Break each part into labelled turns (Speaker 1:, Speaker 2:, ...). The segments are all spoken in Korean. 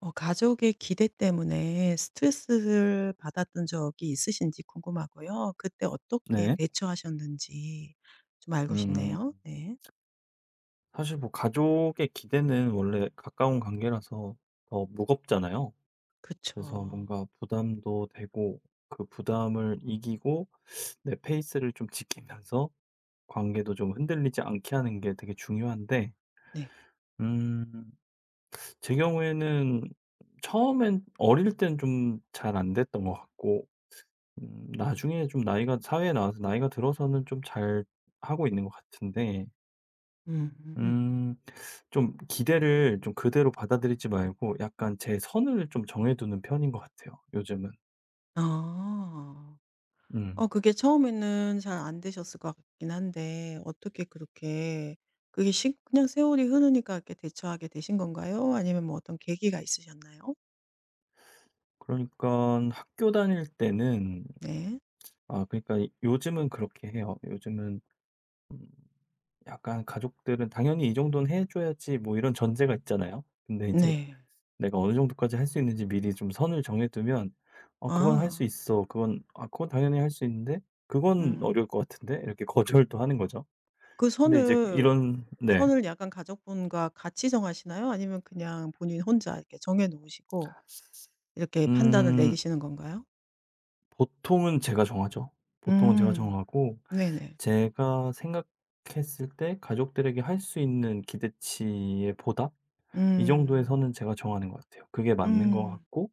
Speaker 1: 어 가족의 기대 때문에 스트레스를 받았던 적이 있으신지 궁금하고요. 그때 어떻게
Speaker 2: 네.
Speaker 1: 대처하셨는지 좀 알고
Speaker 2: 음.
Speaker 1: 싶네요. 네.
Speaker 2: 사실 뭐 가족의 기대는 원래 가까운 관계라서 더 무겁잖아요. 그래서
Speaker 1: 그쵸.
Speaker 2: 뭔가 부담도 되고 그 부담을 이기고 내 페이스를 좀 지키면서 관계도 좀 흔들리지 않게 하는 게 되게 중요한데,
Speaker 1: 네.
Speaker 2: 음 제 경우에는 처음엔 어릴 땐 좀 잘 안 됐던 것 같고, 나중에 좀 나이가 사회에 나와서 나이가 들어서는 좀 잘 하고 있는 것 같은데,
Speaker 1: 음. 음.
Speaker 2: 음 좀 기대를 좀 그대로 받아들이지 말고 약간 제 선을 좀 정해 두는 편인 것 같아요, 요즘은.
Speaker 1: 아. 어
Speaker 2: 음.
Speaker 1: 그게 처음에는 잘 안 되셨을 것 같긴 한데 어떻게 그렇게 그게 시 그냥 세월이 흐르니까 이렇게 대처하게 되신 건가요? 아니면 뭐 어떤 계기가 있으셨나요?
Speaker 2: 그러니까 학교 다닐 때는,
Speaker 1: 네.
Speaker 2: 아 그러니까 이 요즘은 그렇게 해요. 요즘은 약간 가족들은 당연히 이 정도는 해 줘야지 뭐 이런 전제가 있잖아요. 근데 이제
Speaker 1: 네.
Speaker 2: 내가 어느 정도까지 할 수 있는지 미리 좀 선을 정해 두면 "어 그건 할 수
Speaker 1: 아.
Speaker 2: 있어." 그건 "아 그건 당연히 할 수 있는데 그건
Speaker 1: 음.
Speaker 2: 어려울 것 같은데." 이렇게 거절도 하는 거죠.
Speaker 1: 그
Speaker 2: 근데 이제
Speaker 1: 선을
Speaker 2: 이런, 네.
Speaker 1: 선을 약간 가족분과 같이 정하시나요? 아니면 그냥 본인 혼자 이렇게 정해 놓으시고 이렇게 판단을
Speaker 2: 음.
Speaker 1: 내리시는 건가요?
Speaker 2: 보통은 제가 정하죠. 보통은 제가
Speaker 1: 음.
Speaker 2: 정하고
Speaker 1: 네네.
Speaker 2: 제가 생각했을 때 가족들에게 할 수 있는 기대치의 보답? 이
Speaker 1: 음.
Speaker 2: 정도에서는 제가 정하는 것 같아요. 그게 맞는 것
Speaker 1: 음.
Speaker 2: 같고,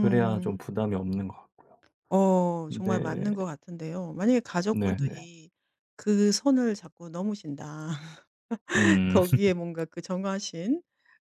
Speaker 2: 그래야 좀 부담이 없는 것 같고요.
Speaker 1: 어 정말
Speaker 2: 근데,
Speaker 1: 맞는 것 같은데요. 만약에
Speaker 2: 네네.
Speaker 1: 가족분들이 그 선을 자꾸 넘으신다.
Speaker 2: 음.
Speaker 1: 거기에 뭔가 그 정하신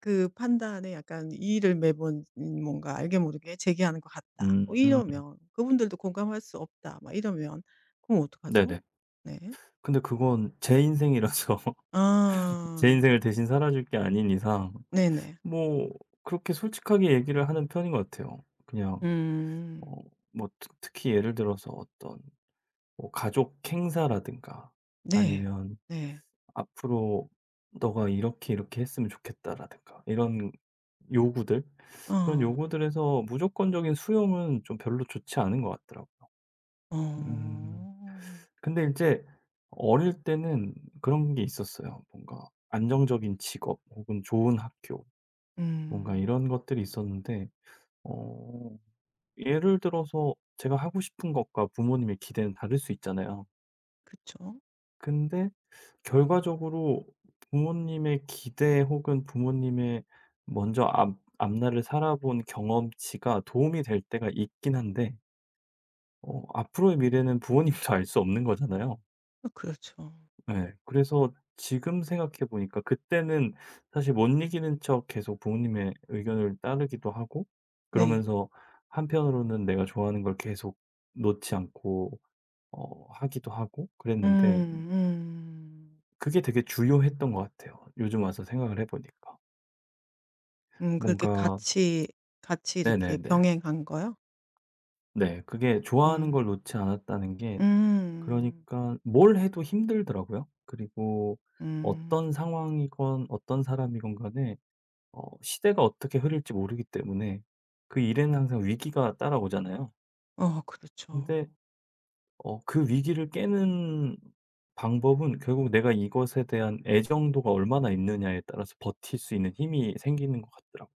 Speaker 1: 그 판단에 약간 이의를 매번 뭔가 알게 모르게 제기하는 것 같다. 뭐
Speaker 2: 음.
Speaker 1: 이러면 그분들도 공감할 수 없다. 막 이러면 그럼 어떡하죠?
Speaker 2: 네네.
Speaker 1: 네.
Speaker 2: 근데 그건 제 인생이라서 제 인생을
Speaker 1: 아.
Speaker 2: 대신 살아줄 게 아닌 이상,
Speaker 1: 네네.
Speaker 2: 뭐 그렇게 솔직하게 얘기를 하는 편인 것 같아요. 그냥
Speaker 1: 음.
Speaker 2: 어 뭐 특 특히 예를 들어서 어떤 뭐 가족 행사라든가
Speaker 1: 네.
Speaker 2: 아니면
Speaker 1: 네.
Speaker 2: "앞으로 너가 이렇게 이렇게 했으면 좋겠다."라든가 이런 요구들, 그런
Speaker 1: 어.
Speaker 2: 요구들에서 무조건적인 수용은 좀 별로 좋지 않은 것 같더라고요. 음.
Speaker 1: 어.
Speaker 2: 근데 이제 어릴 때는 그런 게 있었어요. 뭔가 안정적인 직업 혹은 좋은 학교, 뭔가
Speaker 1: 음.
Speaker 2: 이런 것들이 있었는데, 어 예를 들어서 제가 하고 싶은 것과 부모님의 기대는 다를 수 있잖아요.
Speaker 1: 그쵸.
Speaker 2: 근데 결과적으로 부모님의 기대 혹은 부모님의 먼저 앞 앞날을 살아본 경험치가 도움이 될 때가 있긴 한데, 앞으로의 미래는 부모님도 알 수 없는 거잖아요.
Speaker 1: 어 그렇죠.
Speaker 2: 네. 그래서 지금 생각해 보니까 그때는 사실 못 이기는 척 계속 부모님의 의견을 따르기도 하고,
Speaker 1: 네.
Speaker 2: 그러면서 한편으로는 내가 좋아하는 걸 계속 놓지 않고 하기도 하고
Speaker 1: 음
Speaker 2: 그랬는데,
Speaker 1: 음.
Speaker 2: 그게 되게 주요했던 것 같아요. 요즘 와서 생각을 해 보니까.
Speaker 1: 그렇게
Speaker 2: 뭔가,
Speaker 1: 같이 이렇게
Speaker 2: 네네네.
Speaker 1: 병행한 거요?
Speaker 2: 네. 그게 좋아하는
Speaker 1: 음.
Speaker 2: 걸 놓지 않았다는 게,
Speaker 1: 음.
Speaker 2: 그러니까 뭘 해도 힘들더라고요. 그리고
Speaker 1: 음.
Speaker 2: 어떤 상황이건 어떤 사람이건 간에 시대가 어떻게 흐를지 모르기 때문에 그 일에는 항상 위기가 따라오잖아요.
Speaker 1: 어
Speaker 2: 근데
Speaker 1: 그렇죠.
Speaker 2: 그 위기를 깨는 방법은 결국 내가 이것에 대한 애정도가 얼마나 있느냐에 따라서 버틸 수 있는 힘이 생기는 것 같더라고요.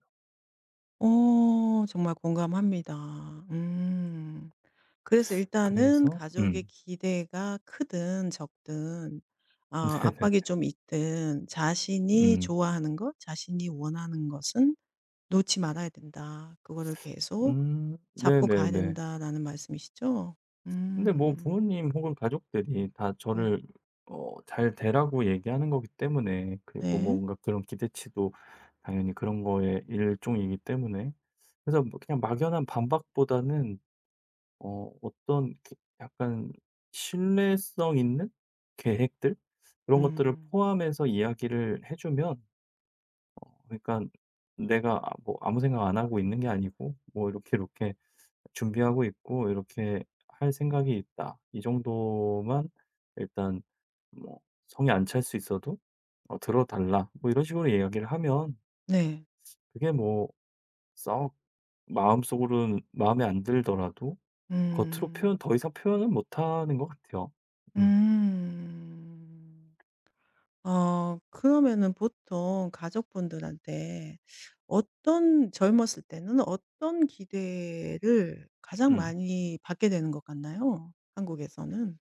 Speaker 1: 어 정말 공감합니다. 음. 그래서 일단은
Speaker 2: 그래서.
Speaker 1: 가족의
Speaker 2: 음.
Speaker 1: 기대가 크든 적든 아
Speaker 2: 네네.
Speaker 1: 압박이 좀 있든 자신이
Speaker 2: 음.
Speaker 1: 좋아하는 것, 자신이 원하는 것은 놓지 말아야 된다. 그거를 계속 잡고 가야
Speaker 2: 네네네.
Speaker 1: 된다라는 말씀이시죠?
Speaker 2: 근데 뭐
Speaker 1: 음.
Speaker 2: 부모님 혹은 가족들이 다
Speaker 1: 네.
Speaker 2: 저를 잘 되라고 얘기하는 거기 때문에, 그리고 뭐
Speaker 1: 네.
Speaker 2: 뭔가 그런 기대치도 당연히 그런 거의 일종이기 때문에, 그래서 뭐 그냥 막연한 반박보다는 어떤 이렇게 약간 신뢰성 있는 계획들, 그런 것들을
Speaker 1: 음.
Speaker 2: 포함해서 이야기를 해 주면, 그러니까 내가 아 뭐 아무 생각 안 하고 있는 게 아니고 뭐 이렇게 준비하고 있고 이렇게 할 생각이 있다. 이 정도만 일단 뭐 성에 안 찰 수 있어도 "들어 달라." 뭐 이런 식으로 이야기를 하면,
Speaker 1: 네.
Speaker 2: 그게 뭐 썩 마음속으로는 마음에 안 들더라도 겉으로 표현,
Speaker 1: 음.
Speaker 2: 더 이상 표현은 못 하는 것 같아요. 음.
Speaker 1: 음. 어 그러면은 보통 가족분들한테 어떤 젊었을 때는 어떤 기대를 가장
Speaker 2: 음.
Speaker 1: 많이 받게 되는 것 같나요? 한국에서는?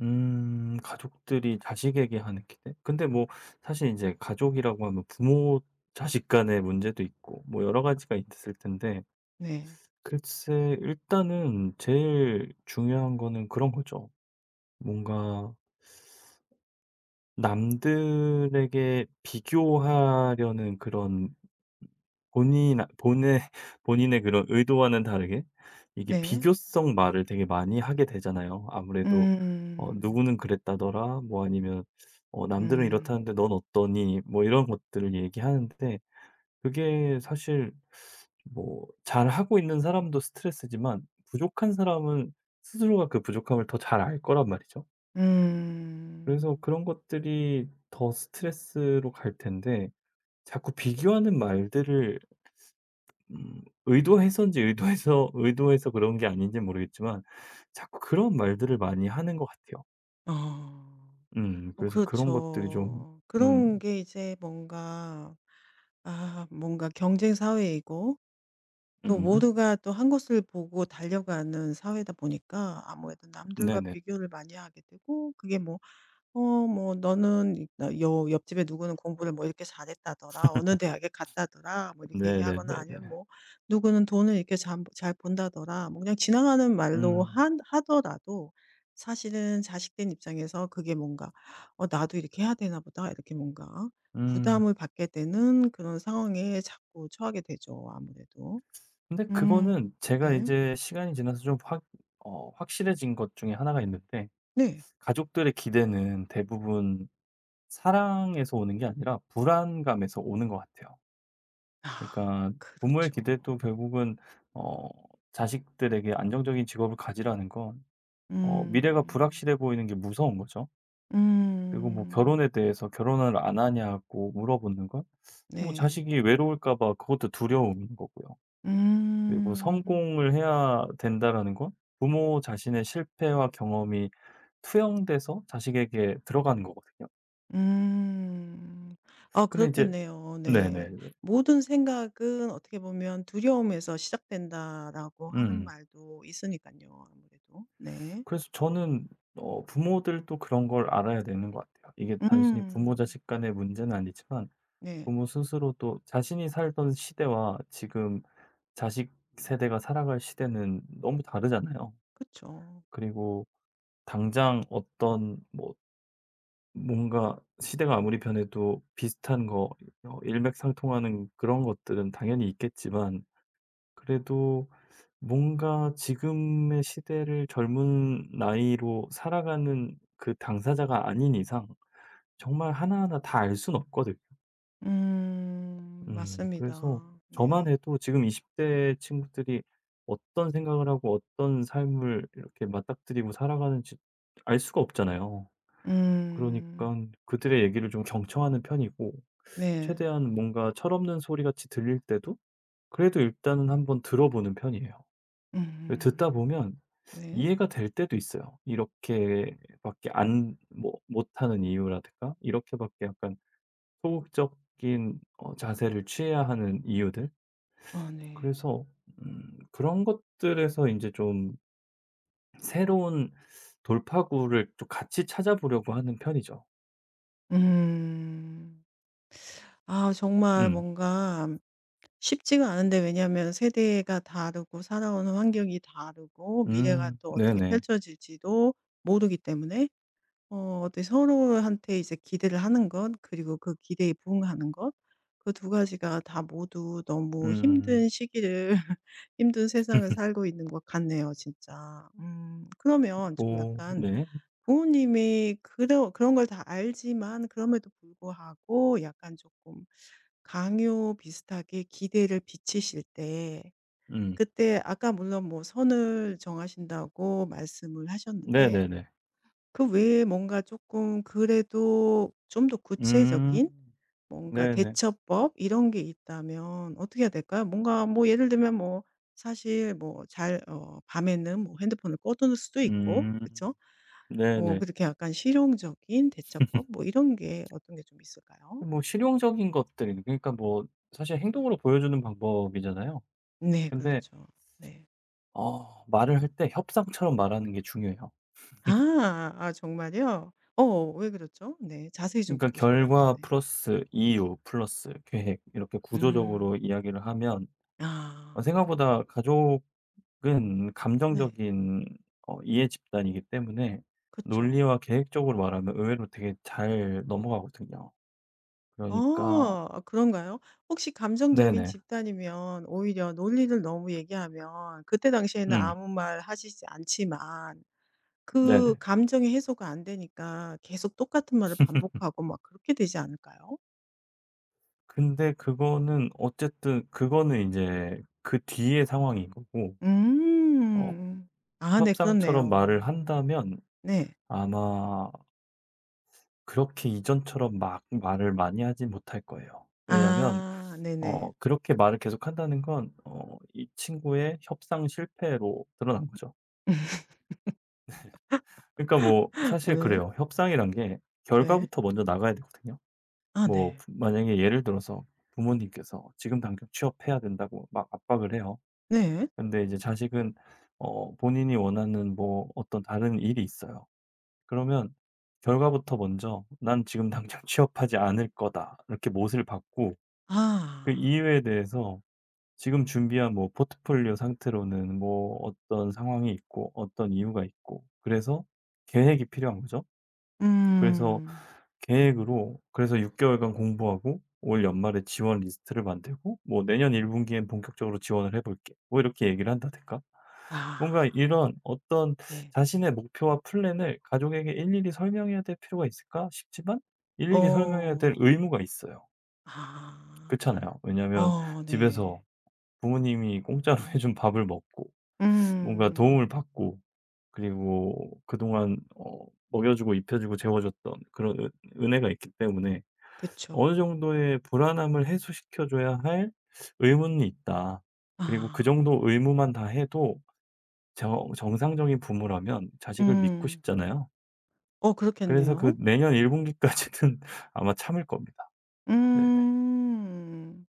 Speaker 2: 음. 가족들이 자식에게 하는 기대? 근데 뭐 사실 이제 가족이라고 하면 부모 자식 간의 문제도 있고 뭐 여러 가지가 있을 텐데,
Speaker 1: 네.
Speaker 2: 글쎄 일단은 제일 중요한 거는 그런 거죠. 뭔가 남들에게 비교하려는 그런 본인 아 본의 본인의 그런 의도와는 다르게 이게
Speaker 1: 네.
Speaker 2: 비교성 말을 되게 많이 하게 되잖아요, 아무래도. "누구는
Speaker 1: 음.
Speaker 2: 그랬다더라." 뭐 아니면 "남들은
Speaker 1: 음.
Speaker 2: 이렇다는데 넌 어떠니?" 뭐 이런 것들을 얘기하는데, 그게 사실 뭐 잘하고 있는 사람도 스트레스지만 부족한 사람은 스스로가 그 부족함을 더 잘 알 거란 말이죠. 그래서
Speaker 1: 음.
Speaker 2: 그런 것들이 더 스트레스로 갈 텐데 자꾸 비교하는 말들을, 의도해서인지 의도해서 의도해서 그런 게 아닌지 모르겠지만 자꾸 그런 말들을 많이 하는 것 같아요.
Speaker 1: 어. 어
Speaker 2: 그래서 그런 것들이 좀.
Speaker 1: 그렇죠.
Speaker 2: 음.
Speaker 1: 그런 게 이제 뭔가 아 뭔가 경쟁 사회이고 또
Speaker 2: 음.
Speaker 1: 모두가 또 한 곳을 보고 달려가는 사회다 보니까 아무래도 남들과
Speaker 2: 네네.
Speaker 1: 비교를 많이 하게 되고 그게 뭐 "어 뭐 너는 이 나 여 옆집에 누구는 공부를 뭐 이렇게 잘했다더라. 어느 대학에 갔다더라." 뭐 이렇게 얘기하거나
Speaker 2: 네네네네.
Speaker 1: 아니면 뭐 "누구는 돈을 이렇게 잘본다더라 뭐 그냥 지나가는 말로
Speaker 2: 음.
Speaker 1: 한 하더라도 사실은 자식된 입장에서 그게 뭔가 '어 나도 이렇게 해야 되나 보다.' 이렇게 뭔가
Speaker 2: 음.
Speaker 1: 부담을 받게 되는 그런 상황에 자꾸 처하게 되죠, 아무래도.
Speaker 2: 근데
Speaker 1: 음.
Speaker 2: 그거는 제가
Speaker 1: 네.
Speaker 2: 이제 시간이 지나서 좀 확 어 확실해진 것 중에 하나가 있는데,
Speaker 1: 네.
Speaker 2: 가족들의 기대는 대부분 사랑에서 오는 게 아니라 불안감에서 오는 것 같아요.
Speaker 1: 아
Speaker 2: 그러니까 부모의 기대도
Speaker 1: 그렇죠.
Speaker 2: 결국은 어 자식들에게 안정적인 직업을 가지라는 건 미래가
Speaker 1: 음.
Speaker 2: 불확실해 보이는 게 무서운 거죠. 그리고 뭐
Speaker 1: 음.
Speaker 2: 결혼에 대해서 "결혼을 안 하냐?"고 물어보는 건 뭐
Speaker 1: 네.
Speaker 2: 자식이 외로울까 봐 그것도 두려움인 거고요. 그리고
Speaker 1: 음.
Speaker 2: '성공을 해야 된다.'라는 건 부모 자신의 실패와 경험이 투영돼서 자식에게 들어가는 거거든요.
Speaker 1: 음. 아
Speaker 2: 근데 이제,
Speaker 1: 그렇겠네요. 네.
Speaker 2: 네네네.
Speaker 1: "모든 생각은 어떻게 보면 두려움에서 시작된다."라고 하는
Speaker 2: 음.
Speaker 1: 말도 있으니까요 아무래도. 네.
Speaker 2: 그래서 저는 부모들도 그런 걸 알아야 되는 것 같아요. 이게 단순히 부모
Speaker 1: 음.
Speaker 2: 자식 간의 문제는 아니지만
Speaker 1: 네.
Speaker 2: 부모 스스로도 자신이 살던 시대와 지금 자식 세대가 살아갈 시대는 너무 다르잖아요.
Speaker 1: 그쵸.
Speaker 2: 그리고 당장 어떤 뭐 뭔가 시대가 아무리 변해도 비슷한 거, 일맥상통하는 그런 것들은 당연히 있겠지만 그래도 뭔가 지금의 시대를 젊은 나이로 살아가는 그 당사자가 아닌 이상 정말 하나하나 다 알 순 없거든요.
Speaker 1: 음. 맞습니다.
Speaker 2: 그래서 저만
Speaker 1: 네.
Speaker 2: 해도 지금 20대 친구들이 어떤 생각을 하고 어떤 삶을 이렇게 맞닥뜨리고 살아가는지 알 수가 없잖아요.
Speaker 1: 음.
Speaker 2: 그러니깐 그들의 얘기를 좀 경청하는 편이고,
Speaker 1: 네.
Speaker 2: 최대한 뭔가 철없는 소리같이 들릴 때도 그래도 일단은 한번 들어 보는 편이에요. 왜 듣다
Speaker 1: 음.
Speaker 2: 보면
Speaker 1: 네.
Speaker 2: 이해가 될 때도 있어요. 이렇게 밖에 안 뭐 못하는 이유라든가 이렇게 밖에 약간 소극적인 자세를 취해야 하는 이유들.
Speaker 1: 아 네.
Speaker 2: 그래서 그런 것들에서 이제 좀 새로운 돌파구를 좀 같이 찾아보려고 하는 편이죠.
Speaker 1: 음. 아 정말
Speaker 2: 음.
Speaker 1: 뭔가 쉽지가 않은데 왜냐하면 세대가 다르고 살아오는 환경이 다르고 미래가
Speaker 2: 음.
Speaker 1: 또 어떻게
Speaker 2: 네네.
Speaker 1: 펼쳐질지도 모르기 때문에 어 어떻게 서로한테 이제 기대를 하는 것 그리고 그 기대에 부응하는 것 그 두 가지가 다 모두 너무
Speaker 2: 음.
Speaker 1: 힘든 시기를 힘든 세상을 살고 있는 것 같네요 진짜. 그러면 좀
Speaker 2: 뭐
Speaker 1: 약간
Speaker 2: 네.
Speaker 1: 부모님이 그런 걸 다 알지만 그럼에도 불구하고 약간 조금 강요 비슷하게 기대를 비치실 때
Speaker 2: 음.
Speaker 1: 그때 아까 물론 뭐 선을 정하신다고 말씀을 하셨는데
Speaker 2: 네네네.
Speaker 1: 그 외에 뭔가 조금 그래도 좀 더
Speaker 2: 음.
Speaker 1: 구체적인 뭔가
Speaker 2: 네네.
Speaker 1: 대처법 이런 게 있다면 어떻게 해야 될까요? 뭔가 뭐 예를 들면 뭐 사실 뭐 잘 어 밤에는 뭐 핸드폰을 꺼 두는 수도 있고
Speaker 2: 음.
Speaker 1: 그쵸? 뭐
Speaker 2: 네네.
Speaker 1: 그렇게 약간 실용적인 대처법 뭐 이런 게 어떤 게 좀 있을까요?
Speaker 2: 뭐 실용적인 것들, 그러니까 뭐 사실 행동으로 보여주는 방법이잖아요.
Speaker 1: 네
Speaker 2: 근데
Speaker 1: 그렇죠. 네.
Speaker 2: 말을 할 때 협상처럼 말하는 게 중요해요.
Speaker 1: 아. 아 정말요? 어 왜 그렇죠? 네. 자세히 좀
Speaker 2: 그러니까
Speaker 1: 듣고 싶어요.
Speaker 2: 결과
Speaker 1: 네.
Speaker 2: 플러스 이유 플러스 계획 이렇게
Speaker 1: 음.
Speaker 2: 구조적으로 이야기를 하면
Speaker 1: 아.
Speaker 2: 생각보다 가족은
Speaker 1: 네.
Speaker 2: 감정적인 이해 집단이기 때문에
Speaker 1: 그렇
Speaker 2: 논리와 계획적으로 말하면 의외로 되게 잘 넘어가거든요. 그러니까.
Speaker 1: 어. 아 그런가요? 혹시 감정적인
Speaker 2: 네네.
Speaker 1: 집단이면 오히려 논리를 너무 얘기하면 그때 당시에는
Speaker 2: 음.
Speaker 1: 아무 말 하시지 않지만 그
Speaker 2: 네네.
Speaker 1: 감정이 해소가 안 되니까 계속 똑같은 말을 반복하고 막 그렇게 되지 않을까요?
Speaker 2: 근데 그거는 어쨌든 그거는 이제 그 뒤의 상황인 거고, 어
Speaker 1: 음. 아네
Speaker 2: 협상처럼 말을
Speaker 1: 그렇네요.
Speaker 2: 한다면
Speaker 1: 네.
Speaker 2: 아마 그렇게 이전처럼 막 말을 많이 하지 못할 거예요. 왜냐면
Speaker 1: 아 네네.
Speaker 2: 그렇게 말을 계속한다는 건 이 친구의 협상 실패로 드러난 거죠. 그러니까 뭐 사실
Speaker 1: 오늘
Speaker 2: 그래요. 협상이란 게
Speaker 1: 네.
Speaker 2: 결과부터 먼저 나가야 되거든요.
Speaker 1: 아
Speaker 2: 뭐
Speaker 1: 네.
Speaker 2: 만약에 예를 들어서 부모님께서 지금 당장 취업해야 된다고 막 압박을 해요.
Speaker 1: 네.
Speaker 2: 근데 이제 자식은 본인이 원하는 뭐 어떤 다른 일이 있어요. 그러면 결과부터 먼저 "난 지금 당장 취업하지 않을 거다." 이렇게 못을 받고, 그
Speaker 1: 아.
Speaker 2: 이유에 대해서 지금 준비한 뭐 포트폴리오 상태로는 뭐 어떤 상황이 있고 어떤 이유가 있고, 그래서 계획이 필요한 거죠. 그래서
Speaker 1: 음.
Speaker 2: 계획으로, 그래서 6 개월간 공부하고 올 연말에 지원 리스트를 만들고 뭐 "내년 1 분기엔 본격적으로 지원을 해 볼게." 뭐 이렇게 얘기를 한다든가, 뭔가
Speaker 1: 아
Speaker 2: 이런 어떤
Speaker 1: 네.
Speaker 2: 자신의 목표와 플랜을 가족에게 일일이 설명해야 될 필요가 있을까 싶지만, 일일이 설명해야 될
Speaker 1: 어.
Speaker 2: 의무가 있어요.
Speaker 1: 아.
Speaker 2: 그렇잖아요. 왜냐하면
Speaker 1: 어 네.
Speaker 2: 집에서 부모님이 공짜로 해준 밥을 먹고 뭔가
Speaker 1: 음.
Speaker 2: 도움을 받고, 그리고 그동안 먹여 주고 입혀 주고 재워 줬던 그런 은 은혜가 있기 때문에 어느
Speaker 1: 그쵸.
Speaker 2: 정도의 불안함을 해소시켜 줘야 할 의무는 있다. 그리고 그 정도
Speaker 1: 아.
Speaker 2: 의무만 다 해도 정 정상적인 부모라면 자식을 믿고
Speaker 1: 음.
Speaker 2: 싶잖아요.
Speaker 1: 어
Speaker 2: 그래서 그
Speaker 1: 그렇겠네요.
Speaker 2: 내년 1 분기까지는 아마 참을 겁니다. 네네.
Speaker 1: 음.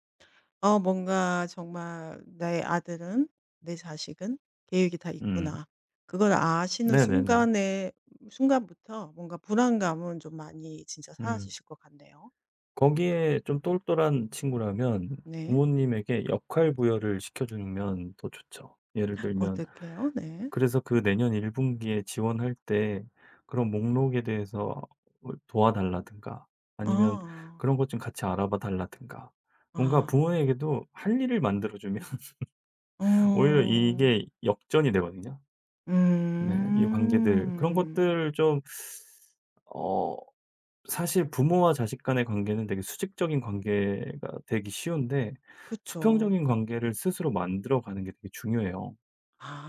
Speaker 1: 어 뭔가 정말 '나의 아들은 내 자식은 계획이 다
Speaker 2: 음.
Speaker 1: 있구나.' 그걸 아시는
Speaker 2: 네네네.
Speaker 1: 순간에 순간부터 뭔가 불안감은 좀 많이 진짜
Speaker 2: 음.
Speaker 1: 사라지실 것 같네요.
Speaker 2: 거기에 좀 똘똘한 친구라면
Speaker 1: 네.
Speaker 2: 부모님에게 역할 부여를 시켜 주면 더 좋죠. 예를 들면,
Speaker 1: 어떡해요? 네.
Speaker 2: 그래서 그 내년 1 분기에 지원할 때 그런 목록에 대해서 도와달라든가 아니면
Speaker 1: 아.
Speaker 2: 그런 것 좀 같이 알아봐 달라든가, 뭔가
Speaker 1: 아.
Speaker 2: 부모에게도 할 일을 만들어 주면 오히려
Speaker 1: 어.
Speaker 2: 이게 역전이 되거든요. 네. 이 관계들, 그런
Speaker 1: 음.
Speaker 2: 것들 좀. 어 사실 부모와 자식 간의 관계는 되게 수직적인 관계가 되기 쉬운데 수평적인
Speaker 1: 그쵸.
Speaker 2: 관계를 스스로 만들어 가는 게 되게 중요해요.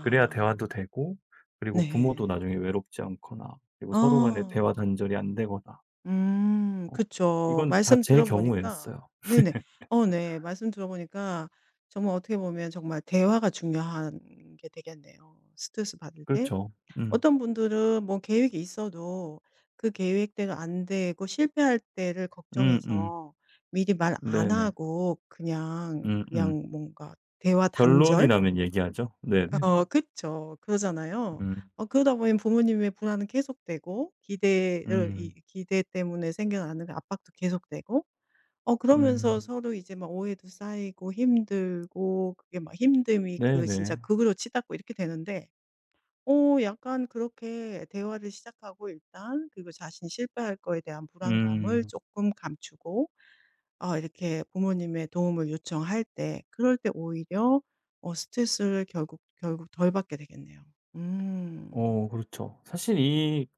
Speaker 2: 그래야 대화도 되고, 그리고 부모도
Speaker 1: 네.
Speaker 2: 나중에 외롭지 않거나, 그리고 서로 간에 대화
Speaker 1: 아
Speaker 2: 단절이 안 되거나. 어
Speaker 1: 그쵸.
Speaker 2: 이건 다
Speaker 1: 말씀
Speaker 2: 제
Speaker 1: 들어 보니까
Speaker 2: 경우였어요.
Speaker 1: 네네. 어 네. 말씀 들어 보니까 정말 어떻게 보면 정말 대화가 중요한 게 되겠네요, 스트레스 받을 때.
Speaker 2: 그렇죠. 음.
Speaker 1: 어떤 분들은 뭐 계획이 있어도 그 계획대로 안 되고 실패할 때를
Speaker 2: 음음.
Speaker 1: 걱정해서 미리 말 안
Speaker 2: 네네.
Speaker 1: 하고 그냥,
Speaker 2: 음음.
Speaker 1: 그냥 뭔가 대화
Speaker 2: 결론이
Speaker 1: 단절?
Speaker 2: 나면 얘기하죠. 네네네.
Speaker 1: 어 그쵸. 그러잖아요.
Speaker 2: 음.
Speaker 1: 어 그러다 보면 부모님의 불안은 계속되고 기대를 이
Speaker 2: 음.
Speaker 1: 기대 때문에 생겨나는 그 압박도 계속되고 어 그러면서
Speaker 2: 음.
Speaker 1: 서로 이제 막 오해도 쌓이고 힘들고 그게 막 힘듦이 그 진짜
Speaker 2: 네네.
Speaker 1: 극으로 치닫고 이렇게 되는데 어 약간 그렇게 대화를 시작하고 일단 그리고 자신이 실패할 거에 대한 불안감을
Speaker 2: 음.
Speaker 1: 조금 감추고 어 이렇게 부모님의 도움을 요청할 때 그럴 때 오히려 어 스트레스를 결국 덜 받게 되겠네요. 음.
Speaker 2: 그렇죠. 사실 이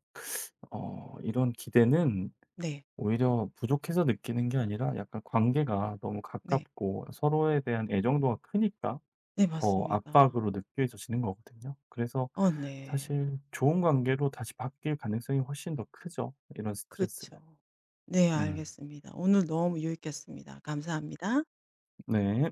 Speaker 2: 어 이런 기대는
Speaker 1: 네.
Speaker 2: 오히려 부족해서 느끼는 게 아니라 약간 관계가 너무
Speaker 1: 네.
Speaker 2: 가깝고 서로에 대한 애정도가 크니까
Speaker 1: 네
Speaker 2: 더
Speaker 1: 맞습니다.
Speaker 2: 압박으로 느껴져지는 거거든요. 그래서
Speaker 1: 어 네.
Speaker 2: 사실 좋은 관계로 다시 바뀔 가능성이 훨씬 더 크죠, 이런 스트레스는.
Speaker 1: 그쵸. 네
Speaker 2: 음.
Speaker 1: 알겠습니다. 오늘 너무 유익했습니다. 감사합니다.
Speaker 2: 네.